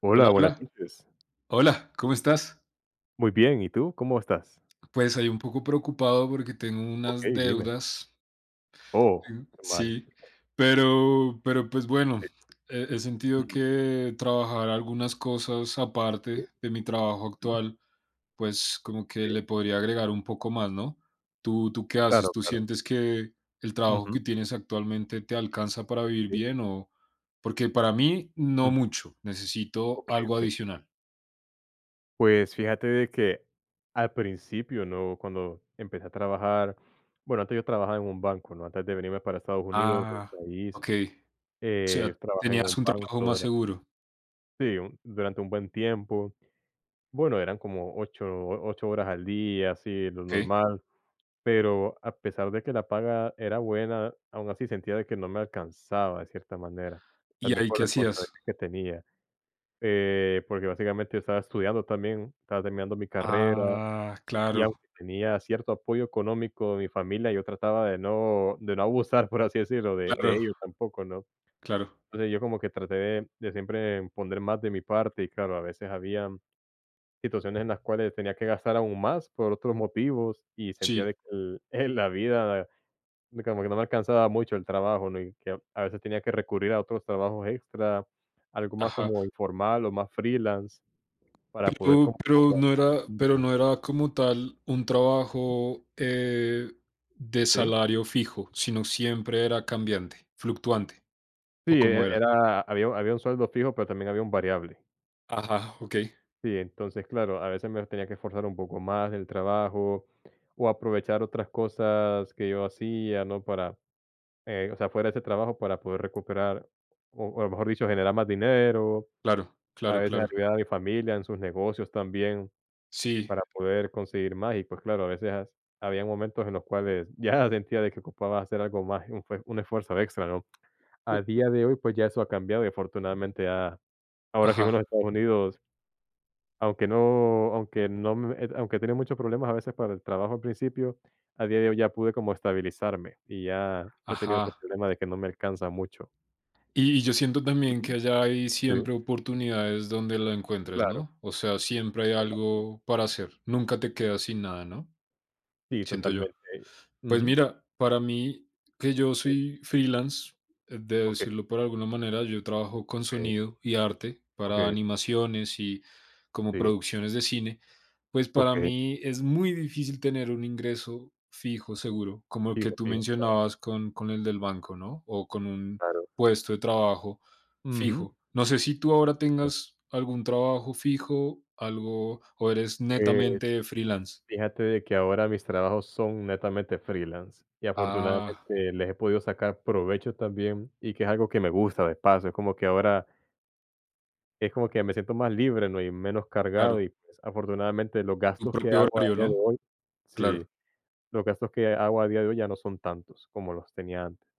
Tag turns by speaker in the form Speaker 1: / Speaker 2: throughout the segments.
Speaker 1: Hola,
Speaker 2: Hola,
Speaker 1: buenas
Speaker 2: hola.
Speaker 1: noches.
Speaker 2: Hola, ¿cómo estás?
Speaker 1: Muy bien, ¿y tú? ¿Cómo estás?
Speaker 2: Pues ahí un poco preocupado porque tengo unas
Speaker 1: Okey, dime.
Speaker 2: deudas.
Speaker 1: Oh,
Speaker 2: Mm,
Speaker 1: qué mal.
Speaker 2: sí, pero pues bueno,
Speaker 1: Sí.
Speaker 2: he sentido
Speaker 1: Ujú.
Speaker 2: que trabajar algunas cosas
Speaker 1: Sí,
Speaker 2: aparte de mi trabajo
Speaker 1: ujú,
Speaker 2: actual, pues como
Speaker 1: sí.
Speaker 2: que le podría agregar un poco más, ¿no? ¿Tú qué
Speaker 1: Claro,
Speaker 2: haces? ¿Tú
Speaker 1: claro.
Speaker 2: sientes que el trabajo
Speaker 1: Ujú.
Speaker 2: que tienes actualmente te alcanza para vivir
Speaker 1: Sí.
Speaker 2: bien o...? Porque para mí no
Speaker 1: Ujú.
Speaker 2: mucho, necesito
Speaker 1: Okey,
Speaker 2: algo
Speaker 1: okey.
Speaker 2: adicional.
Speaker 1: Pues, fíjate de que al principio, ¿no? Cuando empecé a trabajar, bueno, antes yo trabajaba en un banco, ¿no? Antes de venirme para Estados Unidos, de mi
Speaker 2: Ah,
Speaker 1: país,
Speaker 2: ok. O
Speaker 1: yo
Speaker 2: sea,
Speaker 1: trabajé en un
Speaker 2: tenías un
Speaker 1: banco
Speaker 2: trabajo más
Speaker 1: dura
Speaker 2: seguro.
Speaker 1: sí, un durante un buen tiempo. Bueno, eran como ocho horas al día, así, lo
Speaker 2: ¿Ok?
Speaker 1: normal. Pero a pesar de que la paga era buena, aún así sentía de que no me alcanzaba de cierta manera, tal
Speaker 2: ¿Y
Speaker 1: vez
Speaker 2: ahí
Speaker 1: por
Speaker 2: qué
Speaker 1: las
Speaker 2: hacías?
Speaker 1: responsabilidades que tenía, porque básicamente yo estaba estudiando también, estaba terminando mi carrera
Speaker 2: Ah,
Speaker 1: y
Speaker 2: claro,
Speaker 1: aunque tenía cierto apoyo económico de mi familia, yo trataba de no abusar, por así decirlo, de
Speaker 2: claro,
Speaker 1: ellos tampoco, ¿no?
Speaker 2: claro.
Speaker 1: Entonces, yo como que traté de siempre poner más de mi parte y claro, a veces había situaciones en las cuales tenía que gastar aún más por otros motivos y sentía de
Speaker 2: Sí,
Speaker 1: que el la vida de como que no me alcanzaba mucho el trabajo, ¿no? Y que a veces tenía que recurrir a otros trabajos extra, algo más
Speaker 2: ajá.
Speaker 1: como informal o más freelance para poder
Speaker 2: Pero
Speaker 1: como que ayudarme,
Speaker 2: no era como tal un trabajo, de
Speaker 1: ¿sí?
Speaker 2: salario fijo, sino siempre era cambiante, fluctuante,
Speaker 1: Sí,
Speaker 2: ¿o
Speaker 1: e
Speaker 2: cómo era?
Speaker 1: era había un sueldo fijo, pero también había un variable.
Speaker 2: Ajá, ok.
Speaker 1: Sí, entonces, claro, a veces me tenía que esforzar un poco más en el trabajo o aprovechar otras cosas que yo hacía, ¿no? O sea, fuera de ese trabajo para poder recuperar, o mejor dicho, generar más dinero,
Speaker 2: Claro,
Speaker 1: a
Speaker 2: claro,
Speaker 1: veces
Speaker 2: claro.
Speaker 1: ayudar a mi familia en sus negocios también.
Speaker 2: Sí.
Speaker 1: Para poder conseguir más y, pues, claro, a veces has había momentos en los cuales ya sentía de que ocupaba hacer algo más, un fue un esfuerzo extra, ¿no?
Speaker 2: u-
Speaker 1: A día de hoy, pues, ya eso ha cambiado y afortunadamente ya ahora que
Speaker 2: Ajá,
Speaker 1: vivo en los Estados Unidos, aunque no me aunque tenía muchos problemas a veces para el trabajo al principio, a día de hoy ya pude como estabilizarme y ya no he tenido ese
Speaker 2: ajá.
Speaker 1: problema de que no me alcanza mucho.
Speaker 2: Y yo siento también que
Speaker 1: Ujú.
Speaker 2: allá hay
Speaker 1: Sí,
Speaker 2: siempre oportunidades donde la encuentres,
Speaker 1: claro,
Speaker 2: ¿no? O sea, siempre hay
Speaker 1: totalmente.
Speaker 2: algo para hacer. Nunca te quedas sin nada, ¿no?
Speaker 1: Sí,
Speaker 2: Siento yo.
Speaker 1: totalmente.
Speaker 2: Pues
Speaker 1: Ujú.
Speaker 2: mira, para mí, que yo
Speaker 1: Sí,
Speaker 2: soy freelance, de
Speaker 1: okey,
Speaker 2: decirlo por alguna manera, yo trabajo con
Speaker 1: okey,
Speaker 2: sonido y arte para
Speaker 1: okey,
Speaker 2: animaciones y como
Speaker 1: sí,
Speaker 2: producciones de cine, pues para
Speaker 1: okey,
Speaker 2: mí es muy difícil tener un ingreso fijo, seguro, como el que
Speaker 1: fijo,
Speaker 2: tú
Speaker 1: fijo, claro.
Speaker 2: mencionabas con el del banco, ¿no? O con un
Speaker 1: Claro.
Speaker 2: puesto de trabajo
Speaker 1: Ujú.
Speaker 2: fijo. No sé si tú ahora
Speaker 1: Claro.
Speaker 2: tengas algún trabajo fijo, algo, o eres
Speaker 1: Pues,
Speaker 2: netamente freelance.
Speaker 1: fíjate de que ahora mis trabajos son netamente freelance y
Speaker 2: Ah,
Speaker 1: afortunadamente les he podido sacar provecho también y que es algo que me gusta de paso, es como que ahora es como que me siento más libre, ¿no? Y menos cargado
Speaker 2: claro.
Speaker 1: y, pues, afortunadamente los
Speaker 2: Tu
Speaker 1: gastos que
Speaker 2: propio
Speaker 1: hago a
Speaker 2: horario,
Speaker 1: día de
Speaker 2: ¿no?
Speaker 1: hoy
Speaker 2: Claro.
Speaker 1: sí, los gastos que hago a día de hoy ya no son tantos como los tenía antes.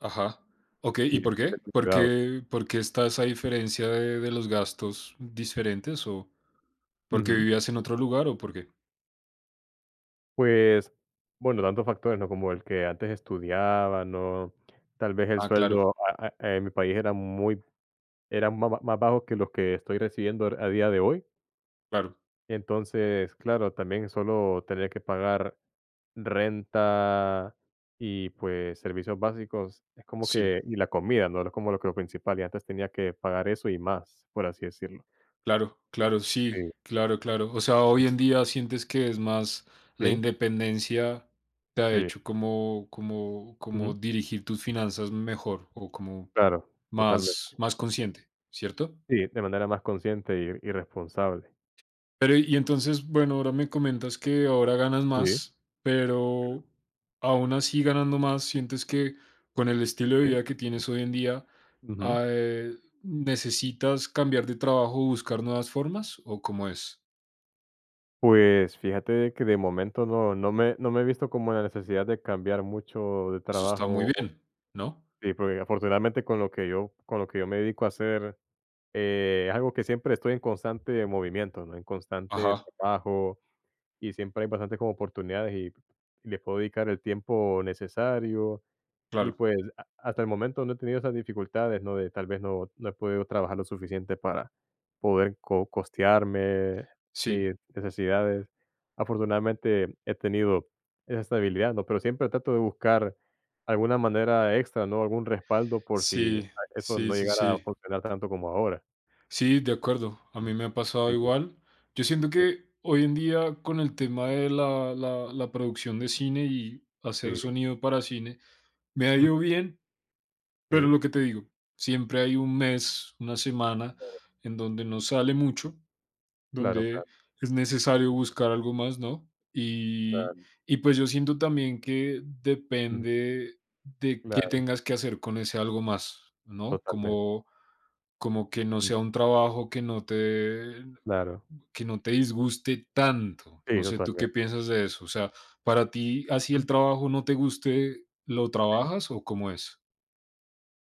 Speaker 2: Ajá. Okey,
Speaker 1: Sí,
Speaker 2: ¿y por
Speaker 1: entonces
Speaker 2: qué? ¿Por
Speaker 1: cuidado. Ha
Speaker 2: qué está esa diferencia de los gastos diferentes o porque
Speaker 1: Ujú.
Speaker 2: vivías en otro lugar o por qué?
Speaker 1: Pues, bueno, tantos factores, ¿no? Como el que antes estudiaba, ¿no? Tal vez el
Speaker 2: Ah, claro,
Speaker 1: sueldo a en mi país era muy era ma ma más bajo que los que estoy recibiendo a día de hoy.
Speaker 2: claro.
Speaker 1: Entonces, claro, también solo tener que pagar renta y, pues, servicios básicos, es como
Speaker 2: Sí,
Speaker 1: que y la comida, ¿no? Es como lo principal, y antes tenía que pagar eso y más, por así decirlo.
Speaker 2: claro, claro, sí,
Speaker 1: Sí,
Speaker 2: claro, claro. O sea, hoy en día sientes que es más la
Speaker 1: sí,
Speaker 2: independencia te ha
Speaker 1: sí,
Speaker 2: hecho como como
Speaker 1: ujú,
Speaker 2: como dirigir tus finanzas mejor o como
Speaker 1: claro,
Speaker 2: más
Speaker 1: totalmente.
Speaker 2: más consciente, ¿cierto?
Speaker 1: Sí, de manera más consciente y responsable.
Speaker 2: Pero y entonces, bueno, ahora me comentas que ahora ganas
Speaker 1: Sí.
Speaker 2: más, pero aún así ganando más, ¿sientes que con el estilo de
Speaker 1: Okey,
Speaker 2: vida que tienes hoy en día,
Speaker 1: ujú.
Speaker 2: ah, eh, necesitas cambiar de trabajo o buscar nuevas formas? ¿O cómo es?
Speaker 1: Pues, fíjate de que de momento no me he visto como en la necesidad de cambiar mucho de
Speaker 2: Eso está muy
Speaker 1: trabajo, o
Speaker 2: bien, ¿no?
Speaker 1: sí, porque afortunadamente con lo que yo me dedico a hacer, es algo que siempre estoy en constante movimiento, ¿no? En constante
Speaker 2: Ajá,
Speaker 1: trabajo, y siempre hay bastantes como oportunidades y le puedo dedicar el tiempo necesario. Y
Speaker 2: claro.
Speaker 1: pues, a hasta el momento no he tenido esas dificultades, ¿no? De tal vez no he podido trabajar lo suficiente para poder co costearme
Speaker 2: Sí,
Speaker 1: mis necesidades. Afortunadamente he tenido esa estabilidad, ¿no? Pero siempre trato de buscar alguna manera extra, ¿no? Algún respaldo por si
Speaker 2: sí,
Speaker 1: eso
Speaker 2: sí,
Speaker 1: no
Speaker 2: sí,
Speaker 1: llegara a
Speaker 2: sí.
Speaker 1: funcionar tanto como ahora.
Speaker 2: Sí, de acuerdo. A
Speaker 1: Ujú.
Speaker 2: mí me ha pasado
Speaker 1: Sí,
Speaker 2: igual. Yo siento
Speaker 1: sí,
Speaker 2: que hoy en día con el tema de la producción de cine y hacer
Speaker 1: sí.
Speaker 2: sonido para cine, me ha
Speaker 1: Mm,
Speaker 2: ido bien, pero
Speaker 1: sí.
Speaker 2: lo que te digo, siempre hay un mes, una semana en donde no sale mucho,
Speaker 1: Claro,
Speaker 2: donde
Speaker 1: claro,
Speaker 2: es necesario buscar algo más, ¿no? Y,
Speaker 1: claro.
Speaker 2: y pues yo siento también que
Speaker 1: Ujú.
Speaker 2: depende de qué
Speaker 1: Claro,
Speaker 2: tengas que hacer con ese algo más, ¿no?
Speaker 1: totalmente.
Speaker 2: Como, como que no
Speaker 1: Mm,
Speaker 2: sea un trabajo que
Speaker 1: claro.
Speaker 2: que no te disguste tanto.
Speaker 1: Sí,
Speaker 2: No sé, ¿tú qué
Speaker 1: totalmente.
Speaker 2: piensas de eso? O sea, para ti, así
Speaker 1: Ujú,
Speaker 2: el trabajo no te guste, ¿lo
Speaker 1: sí.
Speaker 2: trabajas o cómo es?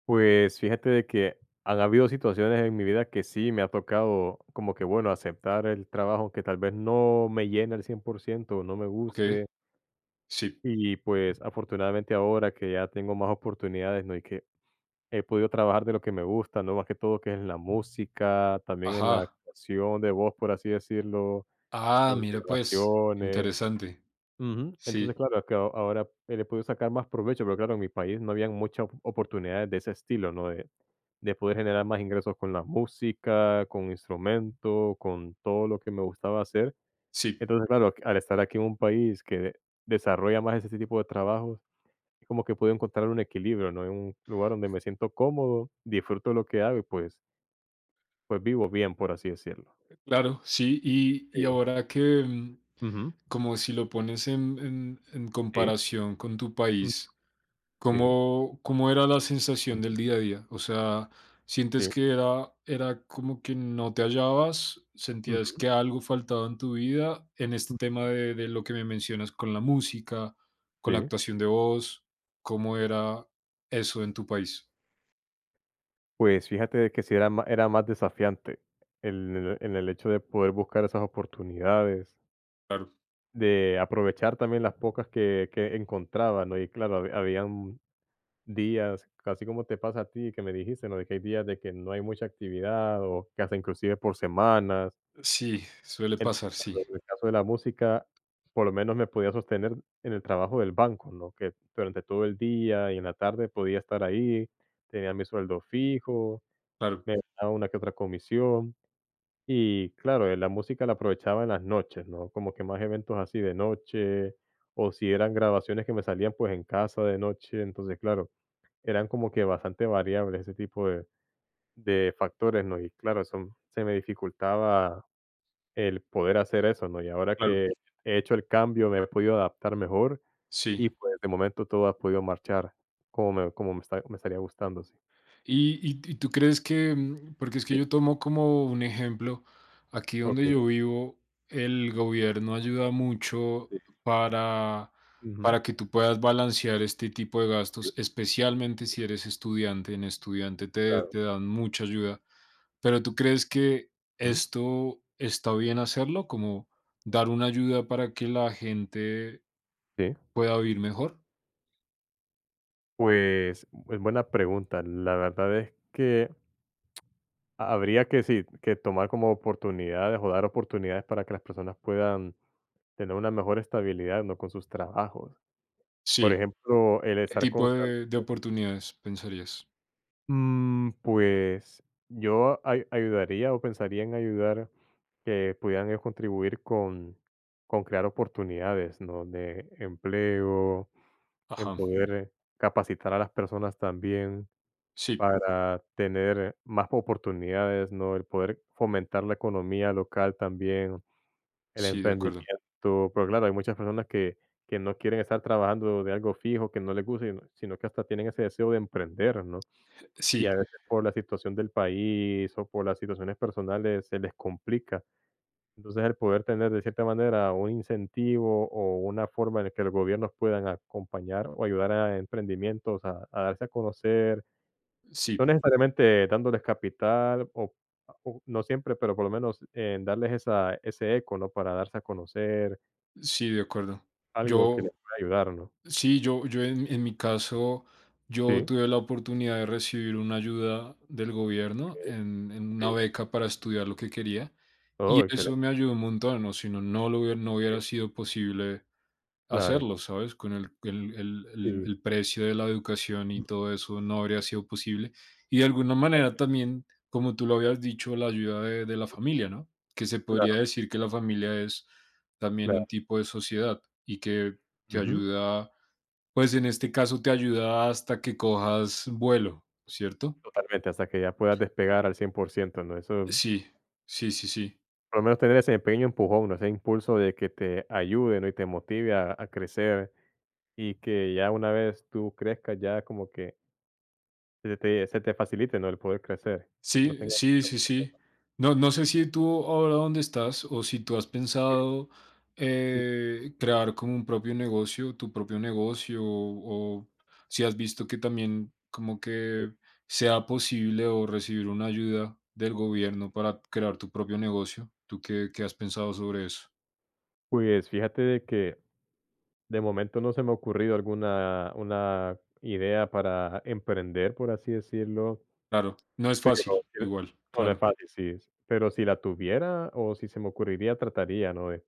Speaker 1: Pues fíjate de que han habido situaciones en mi vida que sí me ha tocado como que, bueno, aceptar el trabajo que tal vez no me llene al 100%, no me
Speaker 2: ¿Ok?
Speaker 1: guste.
Speaker 2: Sí.
Speaker 1: Y pues afortunadamente ahora que ya tengo más oportunidades, ¿no? Y que he podido trabajar de lo que me gusta, ¿no? Más que todo que es en la música, también en la
Speaker 2: Ajá.
Speaker 1: actuación de voz, por así decirlo,
Speaker 2: Ah,
Speaker 1: en
Speaker 2: mira, pues,
Speaker 1: grabaciones.
Speaker 2: interesante.
Speaker 1: Ujú. Entonces,
Speaker 2: Sí,
Speaker 1: claro, ahora, le puedo sacar más provecho, pero claro, en mi país no habían muchas oportunidades de ese estilo, ¿no? De poder generar más ingresos con la música, con instrumento, con todo lo que me gustaba hacer.
Speaker 2: sí,
Speaker 1: Entonces, claro, al estar aquí en un país que desarrolla más ese tipo de trabajos, es como que puedo encontrar un equilibrio, ¿no? En un lugar donde me siento cómodo, disfruto lo que hago y pues vivo bien, por así decirlo.
Speaker 2: claro, sí. Y
Speaker 1: Sí.
Speaker 2: ahora que,
Speaker 1: Ujú.
Speaker 2: como si lo pones en en
Speaker 1: Sí.
Speaker 2: comparación con tu
Speaker 1: Mm.
Speaker 2: país,
Speaker 1: Sí.
Speaker 2: ¿cómo era la sensación del día a día? O sea, ¿sientes
Speaker 1: Sí.
Speaker 2: que era como que no te hallabas?
Speaker 1: Ujú.
Speaker 2: ¿Sentías que algo faltaba en tu vida en este tema de lo que me mencionas con la música, con la
Speaker 1: Sí.
Speaker 2: actuación de voz? ¿Cómo era eso en tu país?
Speaker 1: Pues fíjate de que sí era más desafiante en el hecho de poder buscar esas oportunidades,
Speaker 2: Claro.
Speaker 1: de aprovechar también las pocas que encontraba, ¿no? Y claro, ha habían días, así como te pasa a ti que me dijiste, ¿no? De que hay días de que no hay mucha actividad o que hasta inclusive por semanas.
Speaker 2: Sí, suele
Speaker 1: Entonces,
Speaker 2: pasar, sí.
Speaker 1: claro, en el caso de la música, por lo menos me podía sostener en el trabajo del banco, ¿no? Que durante todo el día y en la tarde podía estar ahí, tenía mi sueldo fijo.
Speaker 2: Claro,
Speaker 1: Me ganaba una que otra comisión y claro, la música la aprovechaba en las noches, ¿no? Como que más eventos así de noche o si eran grabaciones que me salían pues en casa de noche, entonces claro, eran como que bastante variables ese tipo de factores, ¿no? Y claro, eso se me dificultaba el poder hacer eso, ¿no? Y ahora
Speaker 2: claro,
Speaker 1: que he hecho el cambio me he podido adaptar mejor
Speaker 2: sí.
Speaker 1: y pues de momento todo ha podido marchar me estaría gustando, sí.
Speaker 2: ¿Y tú crees que? Porque es que
Speaker 1: Sí,
Speaker 2: yo tomo como un ejemplo, aquí
Speaker 1: ok.
Speaker 2: donde yo vivo, el gobierno ayuda mucho
Speaker 1: Sí.
Speaker 2: para
Speaker 1: Ujú.
Speaker 2: que tú puedas balancear este tipo de
Speaker 1: Sí,
Speaker 2: gastos, especialmente si eres estudiante. En estudiante te
Speaker 1: claro.
Speaker 2: te dan mucha ayuda, pero, ¿tú crees que esto está bien hacerlo? Como dar una ayuda para que la gente
Speaker 1: Sí,
Speaker 2: pueda vivir mejor.
Speaker 1: pues es buena pregunta. La verdad es que habría que sí, que tomar como oportunidades o dar oportunidades para que las personas puedan tener una mejor estabilidad, ¿no? Con sus trabajos. Por
Speaker 2: Sí.
Speaker 1: ejemplo, el
Speaker 2: ¿Qué
Speaker 1: estar
Speaker 2: tipo
Speaker 1: constante.
Speaker 2: de oportunidades pensarías?
Speaker 1: Pues yo ayudaría o pensaría en ayudar que pudieran ellos contribuir con crear oportunidades, ¿no? De empleo, en
Speaker 2: Ajá,
Speaker 1: poder capacitar a las personas también
Speaker 2: sí,
Speaker 1: para tener más oportunidades, ¿no? El poder fomentar la economía local también, el
Speaker 2: sí, de acuerdo.
Speaker 1: emprendimiento, pero claro, hay muchas personas que no quieren estar trabajando de algo fijo, que no les gusta, sino que hasta tienen ese deseo de emprender, ¿no? Y a
Speaker 2: Sí,
Speaker 1: veces por la situación del país o por las situaciones personales se les complica. Entonces, el poder tener de cierta manera un incentivo o una forma en la que los gobiernos puedan acompañar o ayudar a emprendimientos a darse a conocer no
Speaker 2: sí,
Speaker 1: necesariamente dándoles capital o no siempre, pero por lo menos en darles esa ese eco, ¿no? Para darse a conocer,
Speaker 2: sí, de acuerdo.
Speaker 1: algo que les
Speaker 2: Yo,
Speaker 1: pueda ayudar, ¿no?
Speaker 2: sí, yo en mi caso, yo
Speaker 1: Sí,
Speaker 2: tuve la oportunidad de recibir una ayuda del gobierno
Speaker 1: okey,
Speaker 2: en una
Speaker 1: sí.
Speaker 2: beca para estudiar lo que quería y
Speaker 1: Oh,
Speaker 2: eso me
Speaker 1: excelente,
Speaker 2: ayudó un montón, o si no, no lo hubiera, no
Speaker 1: sí,
Speaker 2: hubiera sido posible
Speaker 1: claro,
Speaker 2: hacerlo, ¿sabes? Con el, el, el- el-
Speaker 1: sí.
Speaker 2: el precio de la educación y todo eso no habría sido posible. Y de alguna manera
Speaker 1: Totalmente,
Speaker 2: también, como tú lo habías dicho, la ayuda de la familia, ¿no? Que se podría
Speaker 1: claro,
Speaker 2: decir que la familia es también
Speaker 1: claro.
Speaker 2: un tipo de sociedad y que te
Speaker 1: Ujú.
Speaker 2: ayuda, pues en este caso te ayuda hasta que cojas vuelo, ¿cierto?
Speaker 1: Totalmente, hasta que ya puedas despegar al 100%, ¿no? Eso,
Speaker 2: Sí, sí, sí, sí.
Speaker 1: por lo menos tener ese pequeño empujón, ¿no? Ese impulso de que te ayude, ¿no? Y te motive a crecer, y que ya una vez tú crezcas, ya como que se te facilite, ¿no?, el poder crecer, que no
Speaker 2: Sí,
Speaker 1: tengas
Speaker 2: sí,
Speaker 1: mucho
Speaker 2: sí,
Speaker 1: problema.
Speaker 2: sí. No, no sé si tú ahora dónde estás o si tú has
Speaker 1: Sí,
Speaker 2: pensado crear como un propio negocio, tu propio negocio, o si has visto que también como
Speaker 1: sí.
Speaker 2: que sea posible o recibir una ayuda del gobierno para crear tu propio negocio. ¿Tú qué, qué has pensado sobre eso?
Speaker 1: Pues, fíjate de que, de momento no se me ha ocurrido alguna una idea para emprender, por así decirlo,
Speaker 2: Claro, no es
Speaker 1: pero
Speaker 2: fácil,
Speaker 1: sí.
Speaker 2: igual,
Speaker 1: No, no es
Speaker 2: claro,
Speaker 1: fácil, sí, pero si la tuviera o si se me ocurriría, trataría, ¿no?, de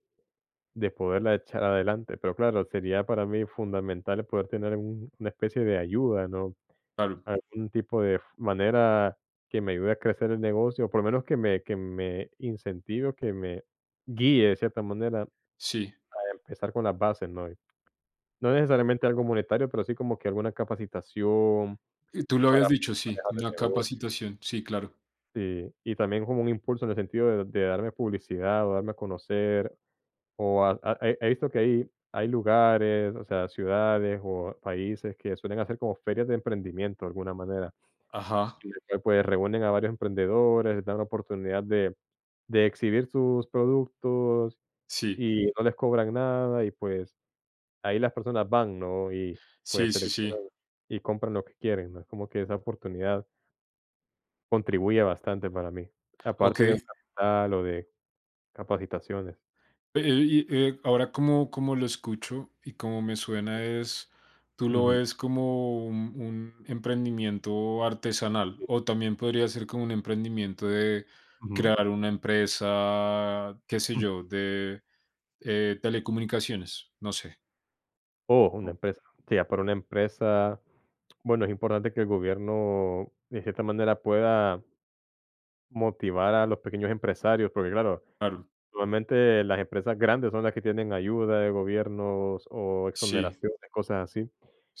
Speaker 1: de poderla echar adelante, pero claro, sería para mí fundamental poder tener un una especie de ayuda, ¿no?
Speaker 2: claro,
Speaker 1: Algún tipo de f manera que me ayude a crecer el negocio, o por lo menos que me incentive, o que me guíe de cierta manera a
Speaker 2: sí.
Speaker 1: empezar con las bases, ¿no? Y no necesariamente algo monetario, pero sí como que alguna capacitación
Speaker 2: Y tú lo
Speaker 1: para
Speaker 2: habías dicho, sí,
Speaker 1: manejar
Speaker 2: una
Speaker 1: el negocio.
Speaker 2: capacitación, sí, claro.
Speaker 1: Sí, y también como un impulso en el sentido de darme publicidad, o darme a conocer, o a he visto que hay lugares, o sea, ciudades, o países que suelen hacer como ferias de emprendimiento de alguna manera.
Speaker 2: Ajá,
Speaker 1: En el cual, pues, reúnen a varios emprendedores, les dan la oportunidad de exhibir sus productos
Speaker 2: sí,
Speaker 1: y no les cobran nada y, pues, ahí las personas van, ¿no? Y, pues,
Speaker 2: sí, sí, sí.
Speaker 1: seleccionan y compran lo que quieren, ¿no? Es como que esa oportunidad contribuye bastante para mí,
Speaker 2: Ok.
Speaker 1: aparte de un capital o de capacitaciones.
Speaker 2: Eh, y, ahora como, como lo escucho y como me suena es, tú lo
Speaker 1: Ujú.
Speaker 2: ves como un emprendimiento artesanal
Speaker 1: Sí.
Speaker 2: o también podría ser como un emprendimiento de
Speaker 1: Ujú.
Speaker 2: crear una empresa, qué sé
Speaker 1: Mm.
Speaker 2: yo, de telecomunicaciones, no sé.
Speaker 1: Oh, una
Speaker 2: O-
Speaker 1: empresa. Sí, ya para una empresa, bueno, es importante que el gobierno, de cierta manera, pueda motivar a los pequeños empresarios, porque claro,
Speaker 2: claro,
Speaker 1: normalmente las empresas grandes son las que tienen ayuda de gobiernos o
Speaker 2: sí,
Speaker 1: exoneraciones, cosas así,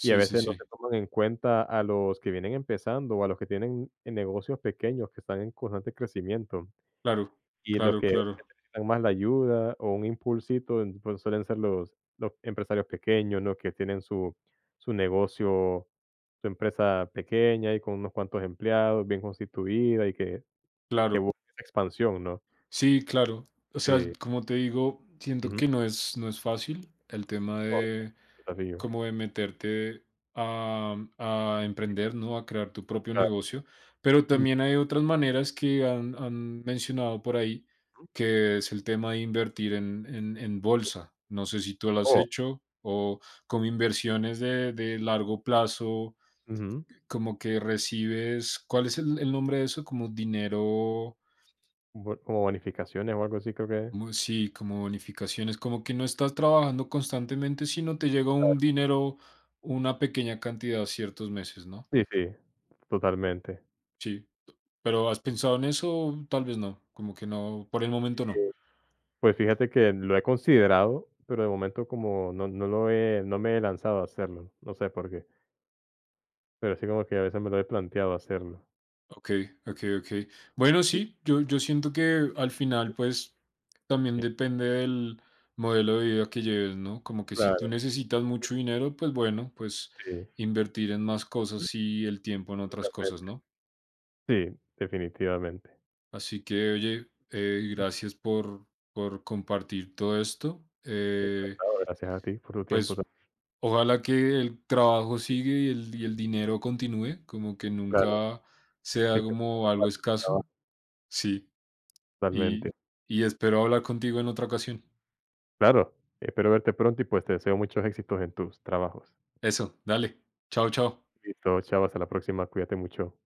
Speaker 1: y a
Speaker 2: sí,
Speaker 1: veces no
Speaker 2: sí,
Speaker 1: se toman en cuenta a los que vienen empezando o a los que tienen negocios pequeños que están en constante crecimiento,
Speaker 2: claro,
Speaker 1: y los
Speaker 2: claro,
Speaker 1: que
Speaker 2: claro,
Speaker 1: necesitan más la ayuda o un impulsito, pues, suelen ser los empresarios pequeños, ¿no? Que tienen su negocio, su empresa pequeña y con unos cuantos empleados, bien constituida y que
Speaker 2: claro.
Speaker 1: esa expansión, ¿no?
Speaker 2: Sí, claro. O sea,
Speaker 1: Sí,
Speaker 2: como te digo, siento
Speaker 1: ujú.
Speaker 2: que no es, no es fácil el tema
Speaker 1: No,
Speaker 2: de
Speaker 1: desafío,
Speaker 2: como de meterte a emprender, ¿no? A crear tu propio
Speaker 1: claro.
Speaker 2: negocio. Pero
Speaker 1: Ujú,
Speaker 2: también hay otras maneras que han, han mencionado por ahí, que es el tema de invertir en
Speaker 1: sí.
Speaker 2: bolsa. No sé si tú lo has
Speaker 1: Oh,
Speaker 2: hecho o como inversiones de largo plazo,
Speaker 1: ujú.
Speaker 2: como que recibes, ¿cuál es el nombre de eso? Como dinero.
Speaker 1: Bu Como bonificaciones o algo así, creo que.
Speaker 2: Como sí, como bonificaciones, como que no estás trabajando constantemente, sino te llega
Speaker 1: Claro.
Speaker 2: un dinero, una pequeña cantidad ciertos meses, ¿no?
Speaker 1: Sí, sí, totalmente.
Speaker 2: Sí, pero ¿has pensado en eso? Tal vez no, como que no, por el momento no.
Speaker 1: Eh, pues fíjate que lo he considerado, pero de momento como no me he lanzado a hacerlo, no sé por qué, pero sí como que a veces me lo he planteado hacerlo.
Speaker 2: Ok, ok, ok. Bueno, sí, yo siento que al
Speaker 1: Ujú.
Speaker 2: final, pues, también
Speaker 1: Sí,
Speaker 2: depende del modelo de vida que lleves, ¿no? Como que si tú
Speaker 1: claro.
Speaker 2: necesitas mucho dinero, pues bueno, pues
Speaker 1: Sí.
Speaker 2: invertir en más
Speaker 1: Ujú.
Speaker 2: cosas y el tiempo en otras cosas,
Speaker 1: Totalmente.
Speaker 2: ¿no?
Speaker 1: Sí, definitivamente.
Speaker 2: Así que, oye,
Speaker 1: Ujú.
Speaker 2: gracias por compartir todo esto.
Speaker 1: Encantado, gracias a ti por tu tiempo
Speaker 2: Pues ojalá que el trabajo
Speaker 1: también.
Speaker 2: sigue y el dinero continúe, como que
Speaker 1: Claro,
Speaker 2: nunca
Speaker 1: sí,
Speaker 2: sea
Speaker 1: que nunca
Speaker 2: como
Speaker 1: nos
Speaker 2: algo
Speaker 1: falte el trabajo.
Speaker 2: escaso. Sí,
Speaker 1: Totalmente.
Speaker 2: y, y espero hablar contigo en otra ocasión.
Speaker 1: Claro, espero verte pronto y, pues, te deseo muchos éxitos en tus trabajos.
Speaker 2: Eso, dale. Chao, chao.
Speaker 1: Listo, chao, hasta la próxima, cuídate mucho.